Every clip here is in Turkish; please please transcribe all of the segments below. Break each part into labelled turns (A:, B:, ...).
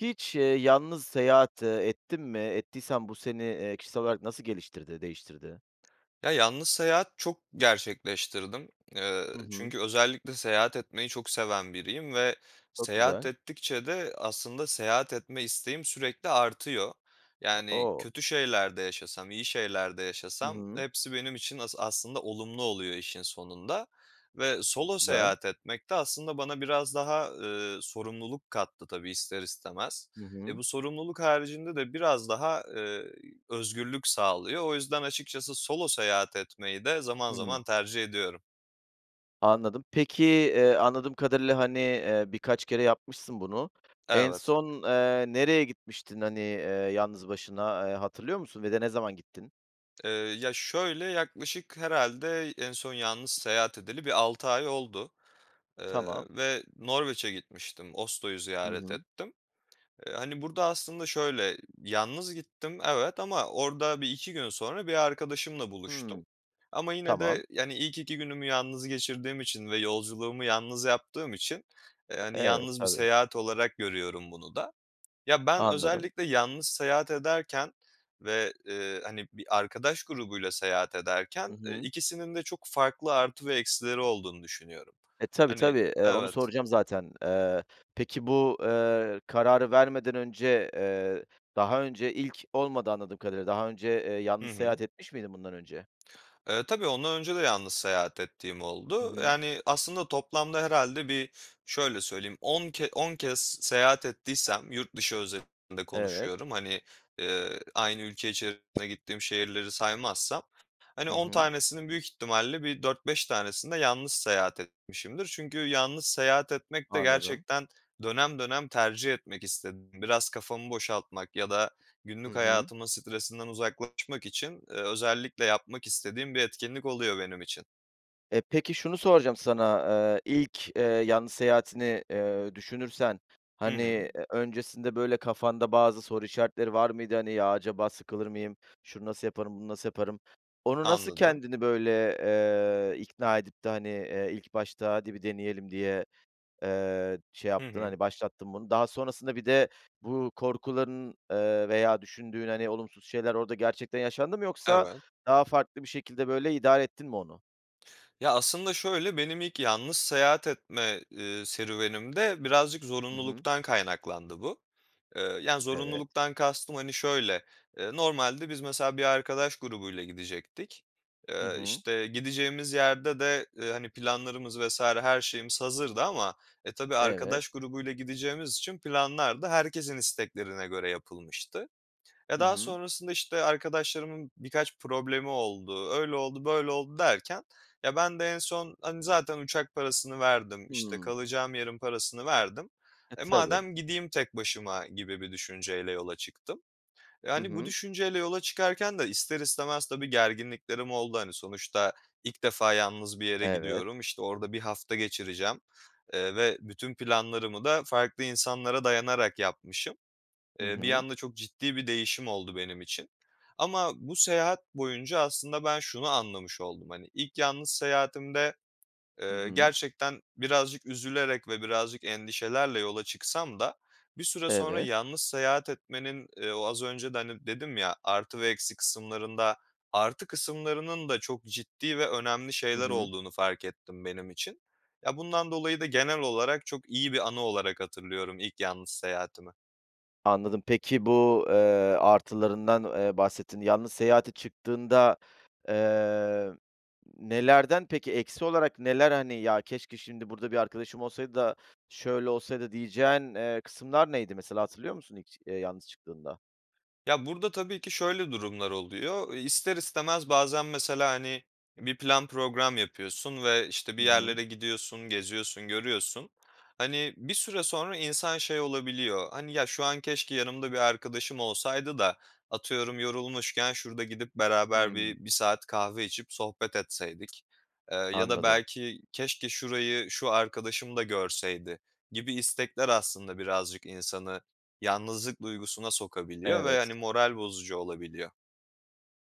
A: Hiç, yalnız seyahat, ettin mi? Ettiysen bu seni, kişisel olarak nasıl geliştirdi, değiştirdi?
B: Ya, yalnız seyahat çok gerçekleştirdim. Eee,
A: Hı hı.
B: çünkü özellikle seyahat etmeyi çok seven biriyim ve
A: Çok
B: seyahat
A: güzel.
B: ettikçe de aslında seyahat etme isteğim sürekli artıyor. Yani
A: O!
B: kötü şeylerde yaşasam, iyi şeylerde
A: Hı
B: yaşasam
A: hı.
B: hepsi benim için aslında olumlu oluyor işin sonunda ve solo
A: Güzel.
B: seyahat etmek de aslında bana biraz daha, sorumluluk kattı tabii ister istemez.
A: Hı hı.
B: Bu sorumluluk haricinde de biraz daha özgürlük sağlıyor. O yüzden açıkçası solo seyahat etmeyi de zaman
A: Hı hı.
B: zaman tercih ediyorum.
A: Anladım. Peki, anladığım kadarıyla, hani, birkaç kere yapmışsın bunu. En
B: Evet.
A: son, nereye gitmiştin, hani, yalnız başına? Hatırlıyor musun ve de ne zaman gittin?
B: Ya, şöyle, yaklaşık herhalde en son yalnız seyahat edeli bir 6 ay oldu,
A: Tamam.
B: ve Norveç'e gitmiştim. Oslo'yu
A: Hı
B: ziyaret
A: hı.
B: ettim. Hani, burada aslında şöyle, yalnız gittim, evet, ama orada bir 2 gün sonra bir arkadaşımla buluştum.
A: Hımm.
B: Ama yine
A: Tamam.
B: de, yani, ilk 2 günümü yalnız geçirdiğim için ve yolculuğumu yalnız yaptığım için, hani,
A: Evet,
B: yalnız bir
A: tabii.
B: seyahat olarak görüyorum bunu da. Ya, ben
A: Anladım.
B: özellikle yalnız seyahat ederken ve, hani, bir arkadaş grubuyla seyahat
A: Hı
B: ederken,
A: hı.
B: ikisinin de çok farklı artı ve eksileri olduğunu düşünüyorum.
A: E, tabii,
B: Hani
A: tabii. Onu
B: Evet.
A: soracağım zaten. Peki bu, kararı vermeden önce, daha önce ilk olmadı anladığım kadarıyla. Daha önce,
B: Hı
A: yalnız
B: hı.
A: seyahat etmiş miydin bundan önce?
B: Tabii ondan önce de yalnız seyahat ettiğim
A: Hı
B: oldu.
A: hı.
B: Yani, aslında toplamda herhalde şöyle söyleyeyim, 10 ke 10 kez seyahat ettiysem yurt dışı özelinde
A: Evet.
B: konuşuyorum. Hani, aynı ülke içerisinde gittiğim şehirleri saymazsam, hani,
A: Hı
B: 10
A: hı.
B: tanesinin büyük ihtimalle bir dört beş tanesinde yalnız seyahat etmişimdir. Çünkü yalnız seyahat etmek de
A: Anladım.
B: gerçekten dönem dönem tercih etmek istedim, biraz kafamı boşaltmak ya da
A: Hı
B: günlük
A: hı.
B: hayatımın stresinden uzaklaşmak için, özellikle yapmak istediğim bir etkinlik oluyor benim için.
A: E, peki şunu soracağım sana, ilk, yalnız seyahatini, düşünürsen,
B: Hı
A: hani,
B: hı.
A: öncesinde böyle kafanda bazı soru işaretleri var mıydı? Hani, "Ya, acaba sıkılır mıyım? Şunu nasıl yaparım, bunu nasıl yaparım?" Onu nasıl
B: Anladım.
A: kendini böyle, ikna edip de, hani, ilk başta "Hadi bir deneyelim." diye, şey
B: Hı
A: yaptın,
B: hı.
A: hani, başlattın bunu. Daha sonrasında bir de bu korkuların, veya düşündüğün, hani, olumsuz şeyler orada gerçekten yaşandı mı yoksa
B: Evet.
A: daha farklı bir şekilde böyle idare ettin mi onu?
B: Ya, aslında şöyle, benim ilk yalnız seyahat etme, serüvenimde birazcık
A: Hı hı.
B: zorunluluktan kaynaklandı bu. Yani,
A: Evet.
B: zorunluluktan kastım, hani, şöyle, normalde biz mesela bir arkadaş grubuyla gidecektik.
A: Hı hı.
B: İşte, gideceğimiz yerde de, hani, planlarımız vesaire her şeyimiz hazırdı ama, e, tabii
A: Evet.
B: arkadaş grubuyla gideceğimiz için planlar da herkesin isteklerine göre yapılmıştı. Ya,
A: Hı
B: daha
A: hı.
B: sonrasında, işte, arkadaşlarımın birkaç problemi oldu, öyle oldu, böyle oldu derken, ya, ben de en son, hani, zaten uçak parasını verdim, işte,
A: Hımm.
B: kalacağım yerin parasını verdim.
A: E,
B: E,
A: tabii.
B: madem gideyim tek başıma gibi bir düşünceyle yola çıktım.
A: Hı
B: Yani bu
A: hı.
B: düşünceyle yola çıkarken de ister istemez tabii gerginliklerim oldu. Hani, sonuçta ilk defa yalnız bir yere
A: Evet.
B: gidiyorum, işte, orada bir hafta geçireceğim, ve bütün planlarımı da farklı insanlara dayanarak yapmışım.
A: Hı
B: Bir
A: hı.
B: anda çok ciddi bir değişim oldu benim için. Ama bu seyahat boyunca aslında ben şunu anlamış oldum. Hani, ilk yalnız seyahatimde,
A: Hı hı.
B: gerçekten birazcık üzülerek ve birazcık endişelerle yola çıksam da bir süre sonra
A: Evet.
B: yalnız seyahat etmenin, o az önce de, hani, dedim ya, artı ve eksi kısımlarında, artı kısımlarının da çok ciddi ve önemli
A: Hı
B: şeyler
A: hı.
B: olduğunu fark ettim benim için. Ya, bundan dolayı da genel olarak çok iyi bir anı olarak hatırlıyorum ilk yalnız seyahatimi.
A: Anladım. Peki bu, artılarından, bahsettin. Yalnız seyahate çıktığında, eee, nelerden peki eksi olarak neler, hani, "Ya, keşke şimdi burada bir arkadaşım olsaydı da şöyle olsaydı." diyeceğin, kısımlar neydi mesela hatırlıyor musun ilk, yalnız çıktığında?
B: Ya, burada tabii ki şöyle durumlar oluyor. İster istemez bazen mesela, hani, bir plan program yapıyorsun ve, işte, bir
A: Hı hı.
B: yerlere gidiyorsun, geziyorsun, görüyorsun. Hani, bir süre sonra insan şey olabiliyor, hani, "Ya, şu an keşke yanımda bir arkadaşım olsaydı da atıyorum yorulmuşken şurada gidip beraber
A: Hımm.
B: bir saat kahve içip sohbet etseydik." Ya da
A: Anladım.
B: belki, "Keşke şurayı şu arkadaşım da görseydi." gibi istekler aslında birazcık insanı yalnızlık duygusuna sokabiliyor ve, hani,
A: Evet.
B: moral bozucu olabiliyor.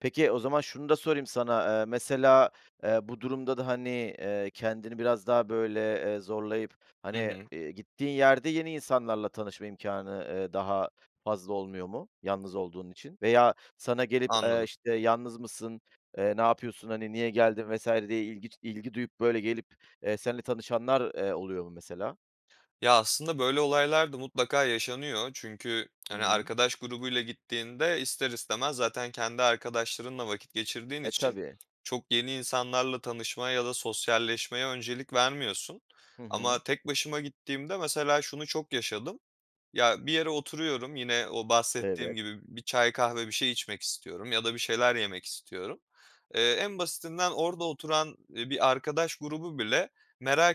A: Peki, o zaman şunu da sorayım sana. Mesela, bu durumda da, hani, kendini biraz daha, böyle, zorlayıp,
B: Hı
A: hani,
B: hı.
A: gittiğin yerde yeni insanlarla tanışma imkanı daha fazla olmuyor mu yalnız olduğun için? Veya sana gelip,
B: Anladım.
A: işte, "Yalnız mısın? Ne yapıyorsun? Hani, niye geldin?" vesaire diye ilgi duyup, böyle, gelip, seninle tanışanlar, oluyor mu mesela?
B: Ya, aslında böyle olaylar da mutlaka yaşanıyor. Çünkü,
A: Hı
B: hani,
A: hı.
B: arkadaş grubuyla gittiğinde ister istemez zaten kendi arkadaşlarınla vakit geçirdiğin
A: E,
B: için
A: tabii.
B: çok yeni insanlarla tanışmaya ya da sosyalleşmeye öncelik vermiyorsun.
A: Hı hı.
B: Ama tek başıma gittiğimde mesela şunu çok yaşadım. Ya, bir yere oturuyorum, yine o bahsettiğim
A: Evet.
B: gibi bir çay, kahve, bir şey içmek istiyorum ya da bir şeyler yemek istiyorum. En basitinden orada oturan, bir arkadaş grubu bile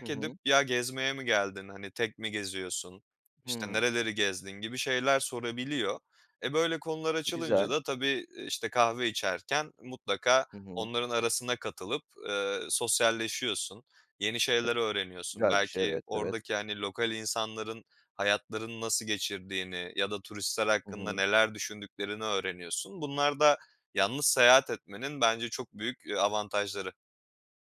A: Hı
B: edip,
A: hı.
B: "Ya, gezmeye mi geldin? Hani, tek mi geziyorsun? İşte,
A: Hımm.
B: nereleri gezdin?" gibi şeyler sorabiliyor. E, böyle konular
A: E,
B: açılınca
A: güzel.
B: da tabii, işte, kahve içerken mutlaka
A: Hı hı.
B: onların arasına katılıp, sosyalleşiyorsun, yeni
A: E,
B: şeyler öğreniyorsun.
A: güzel bir şey.
B: Belki
A: Evet, evet.
B: oradaki, hani, lokal insanların hayatlarını nasıl geçirdiğini ya da turistler
A: Hı
B: hakkında
A: hı.
B: neler düşündüklerini öğreniyorsun. Bunlar da yalnız seyahat etmenin bence çok büyük, avantajları.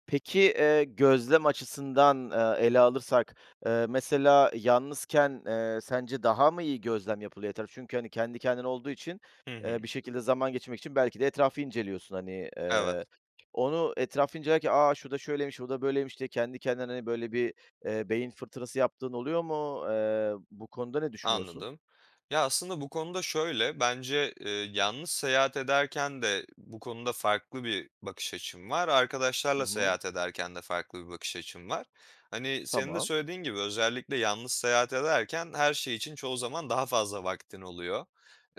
A: Peki, gözlem açısından, ele alırsak, mesela yalnızken, sence daha mı iyi gözlem yapılıyor etraf? Çünkü, hani, kendi kendine olduğu için,
B: Hı hı.
A: bir şekilde zaman geçirmek için belki de etrafı inceliyorsun, hani.
B: Evet.
A: Onu etrafı incelerken, "Aa şu da şöyleymiş, bu da böyleymiş." diye kendi kendine, hani, böyle bir, beyin fırtınası yaptığın oluyor mu? Bu konuda ne düşünüyorsun?
B: Anladım. Ya, aslında bu konuda şöyle, bence, yalnız seyahat ederken de bu konuda farklı bir bakış açım var.
A: Hı
B: Arkadaşlarla
A: hı.
B: seyahat ederken de farklı bir bakış açım var. Hani, senin de
A: Tamam.
B: söylediğin gibi özellikle yalnız seyahat ederken her şey için çoğu zaman daha fazla vaktin oluyor.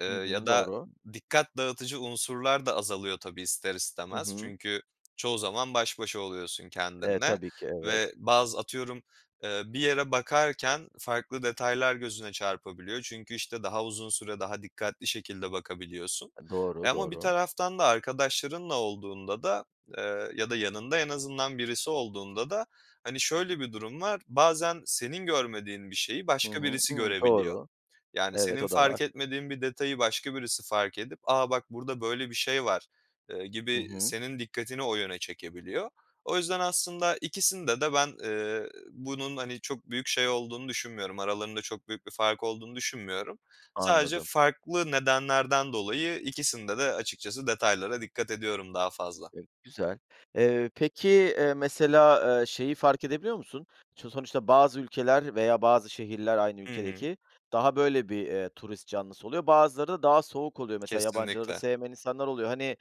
A: Hı
B: Ya
A: hı.
B: da
A: Doğru.
B: dikkat dağıtıcı unsurlar da azalıyor tabii ister
A: Hı
B: istemez.
A: hı.
B: Çünkü çoğu zaman baş başa oluyorsun kendinle
A: Tabii ki,
B: ve
A: evet.
B: bazı atıyorum, bir yere bakarken farklı detaylar gözüne çarpabiliyor. Çünkü, işte, daha uzun süre, daha dikkatli şekilde bakabiliyorsun. E,
A: Doğru,
B: ama bir
A: doğru.
B: taraftan da arkadaşlarınla olduğunda da, ya da yanında en azından birisi olduğunda da, hani, şöyle bir durum var, bazen senin görmediğin bir şeyi
A: Hı
B: başka
A: hı.
B: birisi
A: Hımm,
B: görebiliyor.
A: doğru.
B: Yani,
A: Evet,
B: senin
A: o da
B: fark
A: var.
B: etmediğin bir detayı başka birisi fark edip, "Aa, bak, burada böyle bir şey var."
A: Hı
B: Gibi
A: hı,
B: senin dikkatini o yöne çekebiliyor. O yüzden aslında ikisinde de ben, bunun, hani, çok büyük şey olduğunu düşünmüyorum. Aralarında çok büyük bir fark olduğunu düşünmüyorum. Sadece
A: anladım.
B: farklı nedenlerden dolayı ikisinde de açıkçası detaylara dikkat ediyorum daha fazla.
A: E, güzel. Peki, mesela, şeyi fark edebiliyor musun? Sonuçta bazı ülkeler veya bazı şehirler aynı
B: Hı hı.
A: ülkedeki daha böyle bir, turist canlısı oluyor. Bazıları da daha soğuk oluyor. Mesela yabancıları
B: Kesinlikle.
A: sevmeyen insanlar oluyor. Hani,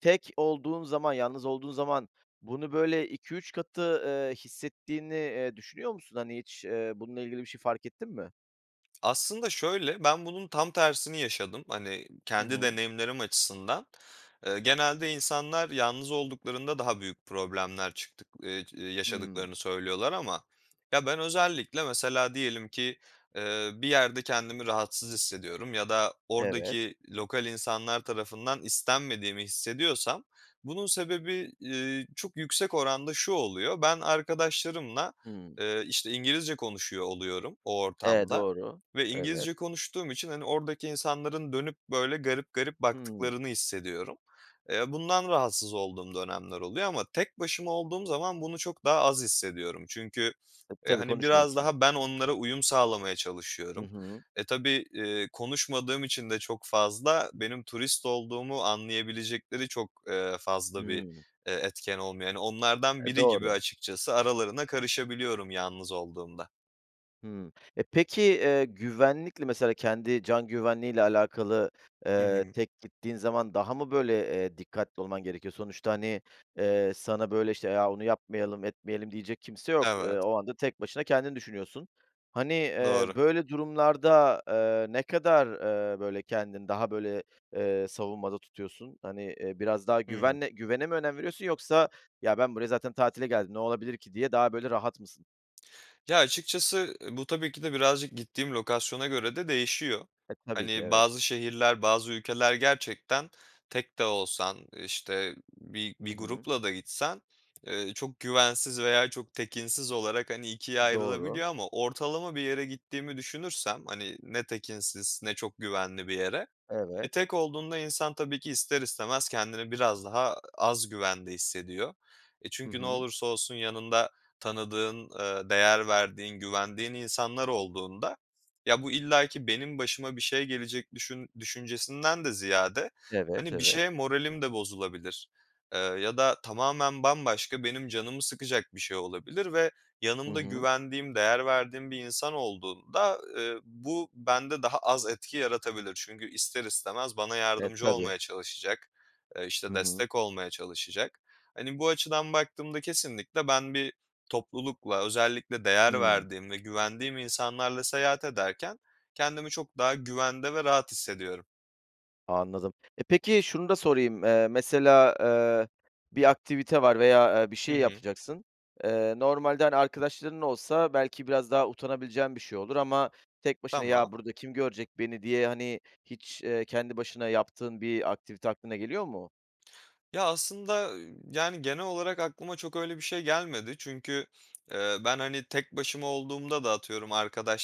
A: tek olduğun zaman, yalnız olduğun zaman bunu böyle iki üç katı, hissettiğini, düşünüyor musun? Hani, hiç, bununla ilgili bir şey fark ettin mi?
B: Aslında şöyle, ben bunun tam tersini yaşadım. Hani,
A: Hı
B: kendi
A: hı.
B: deneyimlerim açısından. Genelde insanlar yalnız olduklarında daha büyük problemler çıktık
A: Hımm.
B: yaşadıklarını söylüyorlar ama ya ben özellikle mesela diyelim ki, bir yerde kendimi rahatsız hissediyorum ya da
A: Evet.
B: oradaki lokal insanlar tarafından istenmediğimi hissediyorsam bunun sebebi, çok yüksek oranda şu oluyor: Ben arkadaşlarımla,
A: Hımm.
B: işte, İngilizce konuşuyor oluyorum o
A: E,
B: ortamda.
A: doğru.
B: Ve
A: Evet.
B: İngilizce konuştuğum için, hani, oradaki insanların dönüp böyle garip garip
A: Hımm.
B: baktıklarını hissediyorum. Bundan rahatsız olduğum dönemler oluyor ama tek başıma olduğum zaman bunu çok daha az hissediyorum. Çünkü,
A: E, tabii
B: hani, biraz
A: konuşmuyorsun.
B: daha ben onlara uyum sağlamaya
A: Hı
B: çalışıyorum.
A: hı.
B: E, tabii, konuşmadığım için de çok fazla benim turist olduğumu anlayabilecekleri çok, fazla bir,
A: Hımm.
B: etken olmuyor. Yani onlardan
A: E,
B: biri gibi
A: doğru.
B: açıkçası aralarına karışabiliyorum yalnız olduğumda.
A: Hımm. E, peki, güvenlikle mesela kendi can güvenliğiyle alakalı,
B: Hı hı.
A: tek gittiğin zaman daha mı böyle, dikkatli olman gerekiyor? Sonuçta, hani, sana böyle, işte, "Ya, onu yapmayalım, etmeyelim." diyecek kimse yok.
B: Evet,
A: O anda tek başına kendini düşünüyorsun. Hani,
B: doğru.
A: böyle durumlarda, ne kadar, böyle kendini daha böyle, savunmada tutuyorsun? Hani, biraz daha
B: Hı hı.
A: güvene mi önem veriyorsun yoksa, "Ya, ben buraya zaten tatile geldim, ne olabilir ki?" diye daha böyle rahat mısın?
B: Ya, açıkçası, bu tabii ki de birazcık gittiğim lokasyona göre de değişiyor.
A: E, tabii ki,
B: Hani,
A: evet.
B: bazı şehirler, bazı ülkeler gerçekten tek de olsan, işte, bir
A: Hı
B: bir
A: hı.
B: grupla da gitsen, çok güvensiz veya çok tekinsiz olarak, hani, ikiye
A: Doğru.
B: ayrılabiliyor, ama ortalama bir yere gittiğimi düşünürsem, hani, ne tekinsiz ne çok güvenli bir yere,
A: Evet.
B: tek olduğunda insan tabii ki ister istemez kendini biraz daha az güvende hissediyor. E,
A: Hı
B: çünkü ne
A: hı.
B: olursa olsun yanında tanıdığın, değer verdiğin, güvendiğin insanlar olduğunda, ya, bu illaki benim başıma bir şey gelecek düşüncesinden de ziyade,
A: Evet,
B: hani, bir şeye
A: evet.
B: moralim de bozulabilir, ya da tamamen bambaşka benim canımı sıkacak bir şey olabilir ve
A: Hı
B: yanımda
A: hı.
B: güvendiğim, değer verdiğim bir insan olduğunda, bu bende daha az etki yaratabilir. Çünkü ister istemez bana
A: E,
B: yardımcı
A: tabii.
B: olmaya çalışacak, işte,
A: Hı hı.
B: destek olmaya çalışacak. Hani, bu açıdan baktığımda kesinlikle ben bir toplulukla, özellikle değer
A: Hımm,
B: verdiğim ve güvendiğim insanlarla seyahat ederken kendimi çok daha güvende ve rahat hissediyorum.
A: anladım. E, peki şunu da sorayım. Mesela, bir aktivite var veya, bir
B: Hı
A: şey
B: hı.
A: yapacaksın. Normalde, hani, arkadaşların olsa belki biraz daha utanabileceğin bir şey olur ama tek başına "Ya,
B: Tamam.
A: burada kim görecek beni?" diye, hani, hiç, kendi başına yaptığın bir aktivite aklına geliyor mu?
B: Ya, aslında, yani, genel olarak aklıma çok öyle bir şey gelmedi. Çünkü, ben, hani, tek başıma olduğumda da atıyorum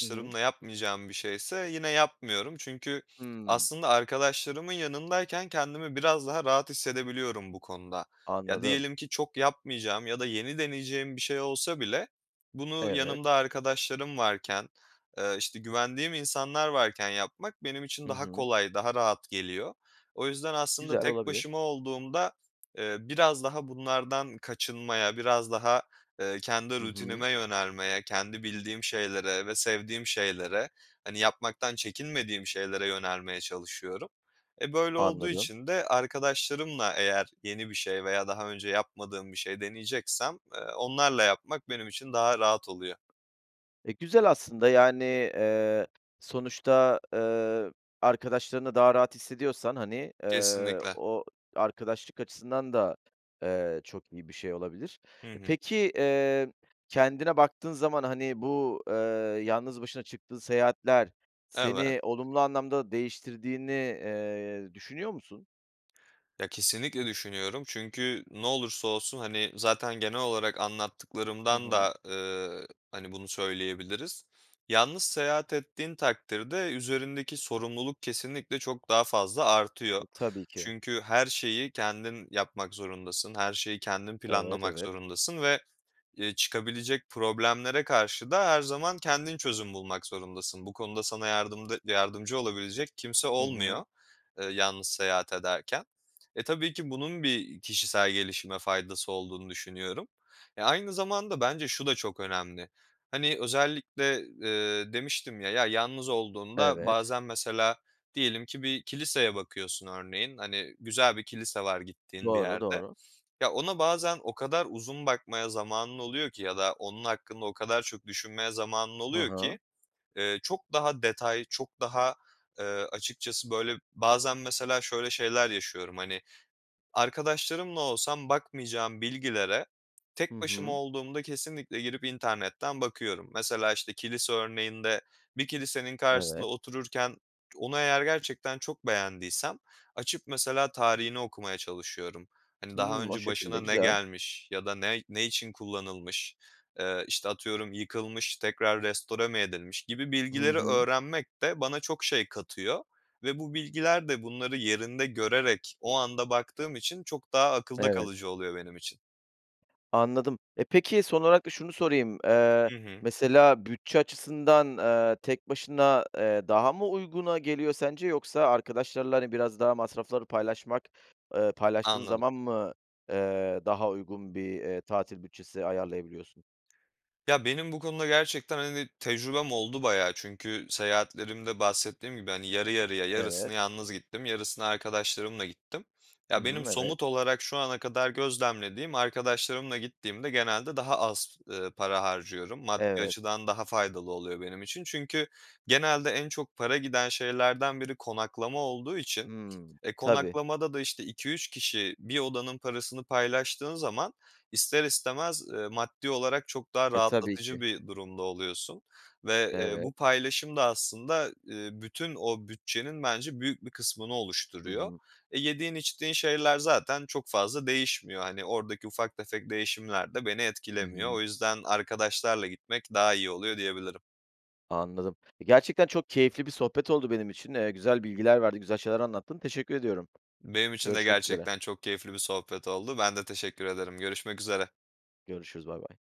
A: Hı hı.
B: yapmayacağım bir şeyse yine yapmıyorum. Çünkü
A: Hımm,
B: aslında arkadaşlarımın yanındayken kendimi biraz daha rahat hissedebiliyorum bu konuda. Ya,
A: anladım.
B: diyelim ki çok yapmayacağım ya da yeni deneyeceğim bir şey olsa bile bunu
A: Evet.
B: yanımda arkadaşlarım varken, işte, güvendiğim insanlar varken yapmak benim için
A: Hı
B: daha
A: hı.
B: kolay, daha rahat geliyor. O yüzden aslında
A: Güzel
B: tek
A: olabilir.
B: başıma olduğumda biraz daha bunlardan kaçınmaya, biraz daha, kendi
A: Hı hı.
B: rutinime yönelmeye, kendi bildiğim şeylere ve sevdiğim şeylere, hani, yapmaktan çekinmediğim şeylere yönelmeye çalışıyorum. E, böyle olduğu
A: Anladım.
B: için de arkadaşlarımla eğer yeni bir şey veya daha önce yapmadığım bir şey deneyeceksem, onlarla yapmak benim için daha rahat oluyor.
A: E, güzel aslında, yani, eee, sonuçta, arkadaşlarınla daha rahat hissediyorsan, hani,
B: Kesinlikle.
A: o arkadaşlık açısından da, çok iyi bir şey olabilir.
B: Hı
A: E,
B: hı.
A: peki, kendine baktığın zaman, hani, bu, yalnız başına çıktığın seyahatler
B: Evet.
A: seni olumlu anlamda değiştirdiğini, düşünüyor musun?
B: Ya, kesinlikle düşünüyorum çünkü ne olursa olsun, hani, zaten genel olarak
A: Hı
B: anlattıklarımdan
A: hı.
B: da, hani, bunu söyleyebiliriz. Yalnız seyahat ettiğin takdirde üzerindeki sorumluluk kesinlikle çok daha fazla artıyor.
A: E, tabii ki.
B: Çünkü her şeyi kendin yapmak zorundasın, her şeyi kendin
A: Evet,
B: planlamak
A: evet.
B: zorundasın ve, çıkabilecek problemlere karşı da her zaman kendin çözüm bulmak zorundasın. Bu konuda sana yardımcı olabilecek kimse
A: Hı hı.
B: olmuyor, yalnız seyahat ederken. E, tabii ki bunun bir kişisel gelişime faydası olduğunu düşünüyorum. E, aynı zamanda bence şu da çok önemli. Hani, özellikle, demiştim ya, ya, yalnız olduğunda
A: Evet.
B: bazen mesela diyelim ki bir kiliseye bakıyorsun örneğin. Hani, güzel bir kilise var gittiğin bir
A: Doğru,
B: yerde.
A: doğru.
B: Ya, ona bazen o kadar uzun bakmaya zamanın oluyor ki ya da onun hakkında o kadar çok düşünmeye zamanın
A: Hı
B: oluyor ki,
A: hı.
B: çok daha detay, çok daha, açıkçası, böyle, bazen mesela şöyle şeyler yaşıyorum. Hani, arkadaşlarımla olsam bakmayacağım bilgilere
A: Hı
B: tek başıma
A: hı.
B: olduğumda kesinlikle girip internetten bakıyorum. Mesela, işte, kilise örneğinde bir kilisenin karşısında
A: Evet.
B: otururken onu eğer gerçekten çok beğendiysem açıp mesela tarihini okumaya çalışıyorum. Hani, daha
A: Hımm, o
B: önce başına
A: şekilde
B: ne
A: güzel.
B: gelmiş ya da ne için kullanılmış, işte, atıyorum yıkılmış, tekrar restore mi edilmiş gibi
A: Hı
B: bilgileri
A: hı.
B: öğrenmek de bana çok şey katıyor. Ve bu bilgiler de bunları yerinde görerek o anda baktığım için çok daha akılda
A: Evet,
B: kalıcı oluyor benim için.
A: anladım. E, peki son olarak da şunu sorayım.
B: Hı hı.
A: Mesela bütçe açısından, tek başına, daha mı uyguna geliyor sence yoksa arkadaşlarla, hani, biraz daha masrafları paylaşmak, paylaştığın
B: Anladım.
A: zaman mı, daha uygun bir, tatil bütçesi ayarlayabiliyorsun?
B: Ya, benim bu konuda gerçekten, hani, tecrübem oldu bayağı. Çünkü seyahatlerimde bahsettiğim gibi, hani, yarı yarıya, yarısını
A: Evet.
B: yalnız gittim, yarısını arkadaşlarımla gittim.
A: Hı
B: Ya, benim
A: hı, evet.
B: somut olarak şu ana kadar gözlemlediğim, arkadaşlarımla gittiğimde genelde daha az, para harcıyorum. Maddi
A: Evet.
B: açıdan daha faydalı oluyor benim için. Çünkü genelde en çok para giden şeylerden biri konaklama olduğu için,
A: Hımm.
B: e,
A: Tabii.
B: konaklamada da, işte, iki üç kişi bir odanın parasını paylaştığın zaman İster istemez, maddi olarak çok daha
A: E, tabii ki.
B: rahatlatıcı bir durumda oluyorsun ve, bu
A: Evet.
B: paylaşım da aslında, bütün o bütçenin bence büyük bir kısmını
A: Hı
B: oluşturuyor.
A: hı.
B: E, yediğin içtiğin şeyler zaten çok fazla değişmiyor. Hani, oradaki ufak tefek değişimler de beni
A: Hı
B: etkilemiyor. O
A: hı.
B: yüzden arkadaşlarla gitmek daha iyi oluyor diyebilirim.
A: Anladım. Gerçekten çok keyifli bir sohbet oldu benim için. Güzel bilgiler verdi, güzel şeyler anlattın. Teşekkür ediyorum.
B: Benim için de
A: Görüşmek üzere.
B: gerçekten çok keyifli bir sohbet oldu. Ben de teşekkür ederim. Görüşmek üzere.
A: Görüşürüz, bay bay.